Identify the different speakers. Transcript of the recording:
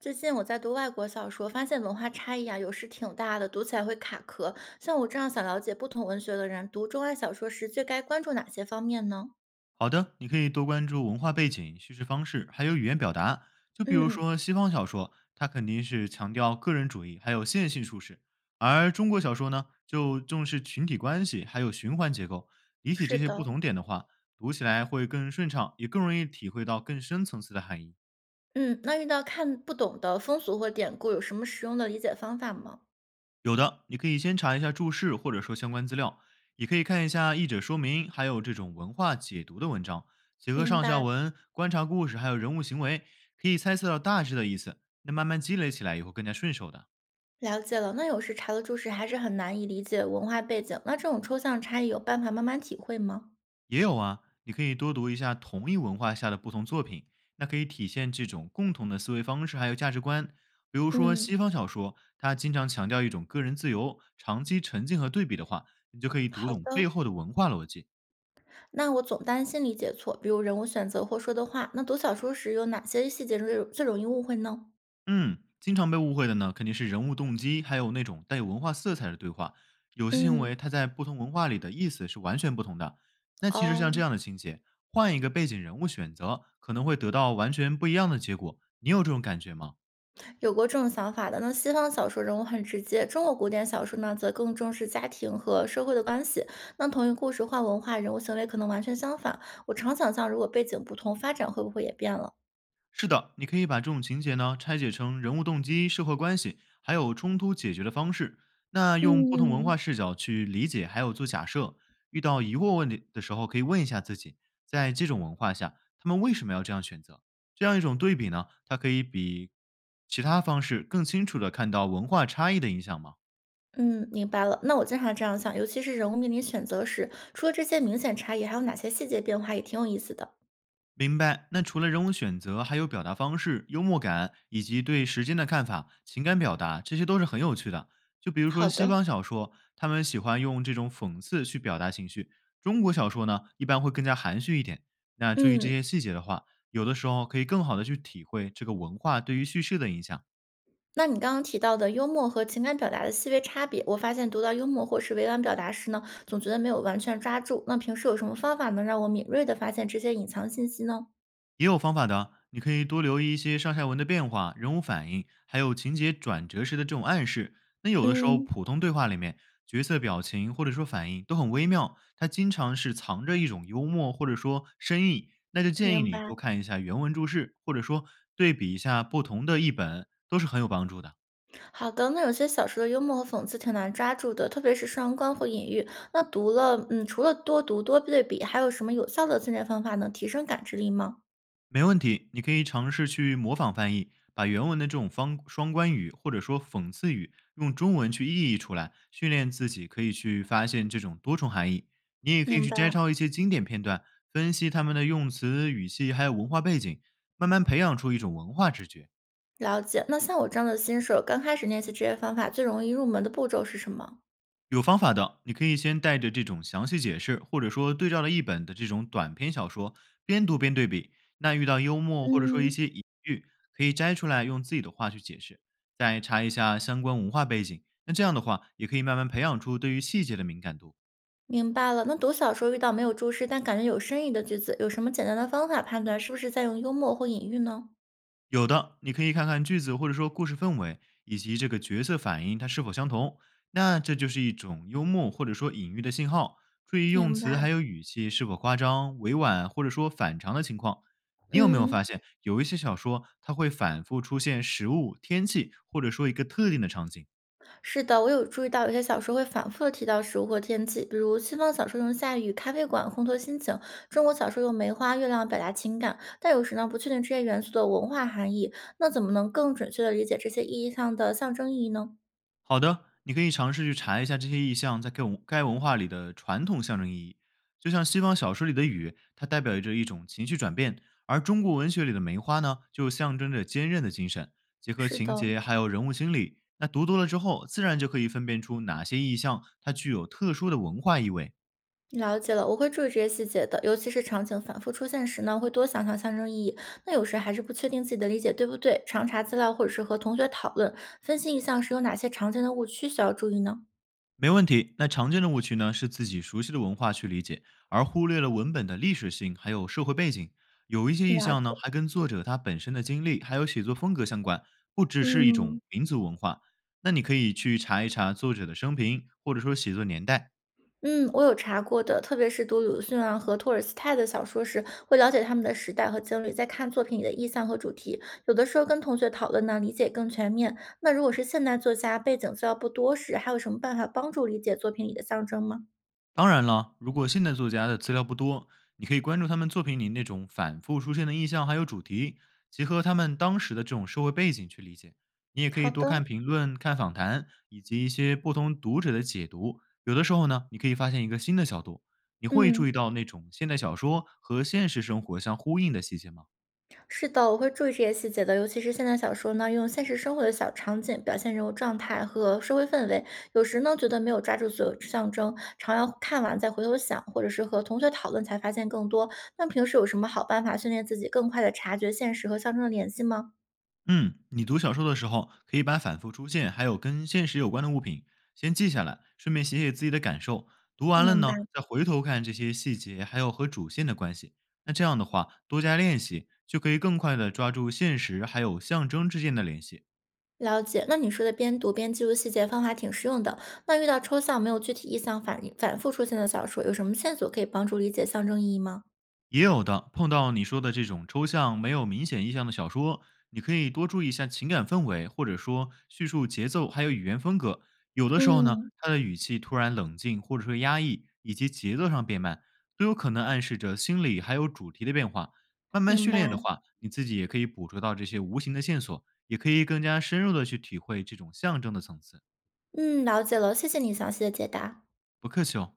Speaker 1: 最近我在读外国小说，发现文化差异啊，有时挺大的，读起来会卡壳。像我这样想了解不同文学的人，读中外小说时最该关注哪些方面呢？
Speaker 2: 好的，你可以多关注文化背景、叙事方式，还有语言表达。就比
Speaker 1: 嗯
Speaker 2: 如
Speaker 1: 嗯，
Speaker 2: 说西方小说，它肯定是强调个人主义，还有线性叙事；而中国小说呢，就重视群体关系，还有循环结构。理解
Speaker 1: 是
Speaker 2: 这些不
Speaker 1: 的，
Speaker 2: 同点的话，读起来会更顺畅，也更容易体会到更深层次的含义。
Speaker 1: 嗯，那遇到看不懂的风俗或典故，有什么实用的理解方法吗？
Speaker 2: 有的，你可以先查一下注释或者说相关资料，也可以看一下译者说明，还有这种文化解读的文章，结合
Speaker 1: 明
Speaker 2: 上下
Speaker 1: 白，
Speaker 2: 文观察故事还有人物行为，可以猜测到大致的意思。那慢慢积累起来也会更加顺手的。
Speaker 1: 了解了。那有时查了注释还是很难以理解文化背景，那这种抽象差异有办法慢慢体会吗？
Speaker 2: 也有啊，你可以多读一下同一文化下的不同作品，那可以体现这种共同的思维方式还有价值观。比如说西
Speaker 1: 嗯，
Speaker 2: 方小说，它经常强调一种个人自由，长期沉浸和对比的话，你就可以读
Speaker 1: 好
Speaker 2: 懂背
Speaker 1: 的。
Speaker 2: 后的文化逻辑。
Speaker 1: 那我总担心理解错，比如人物选择或说的话，那读小说时有哪些细节最容易误会呢？
Speaker 2: 嗯，经常被误会的呢，肯定是人物动机，还有那种带有文化色彩的对话。有些行
Speaker 1: 嗯，
Speaker 2: 为它在不同文化里的意思是完全不同的。那其实像这
Speaker 1: 哦，
Speaker 2: 样的情节，换一个背景人物选择，可能会得到完全不一样的结果。你有这种感觉吗？
Speaker 1: 有过这种想法的。那西方小说人物很直接，中国古典小说呢，则更重视家庭和社会的关系。那同一故事换文化，人物行为可能完全相反。我常想象，如果背景不同，发展会不会也变了？
Speaker 2: 是的，你可以把这种情节呢拆解成人物动机、社会关系，还有冲突解决的方式。那用不同文化
Speaker 1: 嗯
Speaker 2: 视角去理解，还有做假设。遇到疑惑问题的时候，可以问一下自己，在这种文化下，他们为什么要这样选择？这样一种对比呢，它可以比其他方式更清楚地看到文化差异的影响吗？
Speaker 1: 嗯，明白了。那我经常这样想，尤其是人物面临选择时，除了这些明显差异，还有哪些细节变化也挺有意思的。
Speaker 2: 明白。那除了人物选择，还有表达方式、幽默感以及对时间的看法、情感表达，这些都是很有趣的。就比如
Speaker 1: 好
Speaker 2: 说西
Speaker 1: 的，
Speaker 2: 方小说，他们喜欢用这种讽刺去表达情绪；中国小说呢，一般会更加含蓄一点。那注意这
Speaker 1: 嗯。
Speaker 2: 些细节的话，有的时候可以更好的去体会这个文化对于叙事的影响。
Speaker 1: 那你刚刚提到的幽默和情感表达的细微差别，我发现读到幽默或是委婉表达时呢，总觉得没有完全抓住。那平时有什么方法能让我敏锐地发现这些隐藏信息呢？
Speaker 2: 也有方法的，你可以多留意一些上下文的变化、人物反应，还有情节转折时的这种暗示。那有的时候，
Speaker 1: 嗯，
Speaker 2: 普通对话里面，角色表情或者说反应都很微妙，它经常是藏着一种幽默或者说深意。那就建议
Speaker 1: 明
Speaker 2: 你
Speaker 1: 白。
Speaker 2: 多看一下原文注释，或者说对比一下不同的译本，都是很有帮助的。
Speaker 1: 好的，那有些小说的幽默和讽刺挺难抓住的，特别是双关或隐喻。那读了，嗯，除了多读多对比，还有什么有效的训练方法能提升感知力吗？
Speaker 2: 没问题，你可以尝试去模仿翻译，把原文的这种方双关语或者说讽刺语用中文去意译出来，训练自己可以去发现这种多重含义。你也可以
Speaker 1: 明
Speaker 2: 去
Speaker 1: 白，
Speaker 2: 摘抄一些经典片段，分析他们的用词、语气还有文化背景，慢慢培养出一种文化直觉。
Speaker 1: 了解。那像我这样的新手，刚开始练习这些方法，最容易入门的步骤是什么？
Speaker 2: 有方法的，你可以先带着这种详细解释，或者说对照了一本的这种短篇小说，边读边对比。那遇到幽默或者说一
Speaker 1: 嗯，
Speaker 2: 些隐喻，可以摘出来用自己的话去解释，再查一下相关文化背景。那这样的话，也可以慢慢培养出对于细节的敏感度。
Speaker 1: 明白了。那读小说遇到没有注释但感觉有深意的句子，有什么简单的方法判断是不是在用幽默或隐喻呢？
Speaker 2: 有的，你可以看看句子或者说故事氛围以及这个角色反应它是否相同，那这就是一种幽默或者说隐喻的信号。注意用
Speaker 1: 明白，
Speaker 2: 词还有语气是否夸张、委婉或者说反常的情况。你有没有
Speaker 1: 嗯，
Speaker 2: 发现有一些小说它会反复出现食物、天气或者说一个特定的场景？
Speaker 1: 是的，我有注意到有些小说会反复的提到食物或天气，比如西方小说用下雨、咖啡馆烘托心情，中国小说用梅花、月亮表达情感，但有时呢不确定这些元素的文化含义，那怎么能更准确的理解这些意义上的象征意义呢？
Speaker 2: 好的，你可以尝试去查一下这些意象在该文化里的传统象征意义。就像西方小说里的雨，它代表着一种情绪转变；而中国文学里的梅花呢，就象征着坚韧的精神。结合
Speaker 1: 是
Speaker 2: 情
Speaker 1: 的，
Speaker 2: 节还有人物心理，那读多了之后，自然就可以分辨出哪些意象它具有特殊的文化意味。
Speaker 1: 了解了，我会注意这些细节的，尤其是场景反复出现时呢，会多想想象征意义。那有时还是不确定自己的理解对不对，常查资料或者是和同学讨论，分析意项时有哪些常见的误区需要注意呢？
Speaker 2: 没问题。那常见的误区呢，是自己熟悉的文化去理解，而忽略了文本的历史性还有社会背景。有一些
Speaker 1: 嗯
Speaker 2: 意
Speaker 1: 了
Speaker 2: 象
Speaker 1: 解，
Speaker 2: 呢，还跟作者他本身的经历还有写作风格相关，不只是一种
Speaker 1: 嗯
Speaker 2: 民族文化。那你可以去查一查作者的生平，或者说写作年代，
Speaker 1: 嗯，我有查过的，特别是读鲁迅啊和托尔斯泰的小说时，会了解他们的时代和经历，再看作品里的意象和主题。有的时候跟同学讨论呢，理解更全面。那如果是现代作家，背景资料不多时，还有什么办法帮助理解作品里的象征吗？
Speaker 2: 当然了，如果现代作家的资料不多，你可以关注他们作品里那种反复出现的意象还有主题，结合他们当时的这种社会背景去理解。你也可
Speaker 1: 好
Speaker 2: 以多
Speaker 1: 的，
Speaker 2: 看评论、看访谈，以及一些不同读者的解读。有的时候呢，你可以发现一个新的角度。你会注
Speaker 1: 嗯。
Speaker 2: 意到那种现代小说和现实生活相呼应的细节吗？
Speaker 1: 是的，我会注意这些细节的，尤其是现代小说呢，用现实生活的小场景表现人物状态和社会氛围。有时呢，觉得没有抓住所有象征，常要看完再回头想，或者是和同学讨论才发现更多。那平时有什么好办法训练自己更快的察觉现实和象征的联系吗？
Speaker 2: 嗯，你读小说的时候，可以把反复出现还有跟现实有关的物品先记下来，顺便写写自己的感受。读完了
Speaker 1: 明白，
Speaker 2: 呢，再回头看这些细节，还有和主线的关系。那这样的话，多加练习，就可以更快的抓住现实还有象征之间的联系。
Speaker 1: 了解。那你说的边读边记录细节方法挺实用的。那遇到抽象没有具体意象反反复出现的小说，有什么线索可以帮助理解象征意义吗？
Speaker 2: 也有的，碰到你说的这种抽象没有明显意象的小说，你可以多注意一下情感氛围，或者说叙述节奏，还有语言风格。有的时候呢，
Speaker 1: 嗯，
Speaker 2: 他的语气突然冷静，或者说压抑，以及节奏上变慢，都有可能暗示着心理还有主题的变化。慢慢
Speaker 1: 明
Speaker 2: 训练的
Speaker 1: 白。
Speaker 2: 话，你自己也可以捕捉到这些无形的线索，也可以更加深入的去体会这种象征的层次。
Speaker 1: 嗯，了解了，谢谢你详细的解答。
Speaker 2: 不客气哦。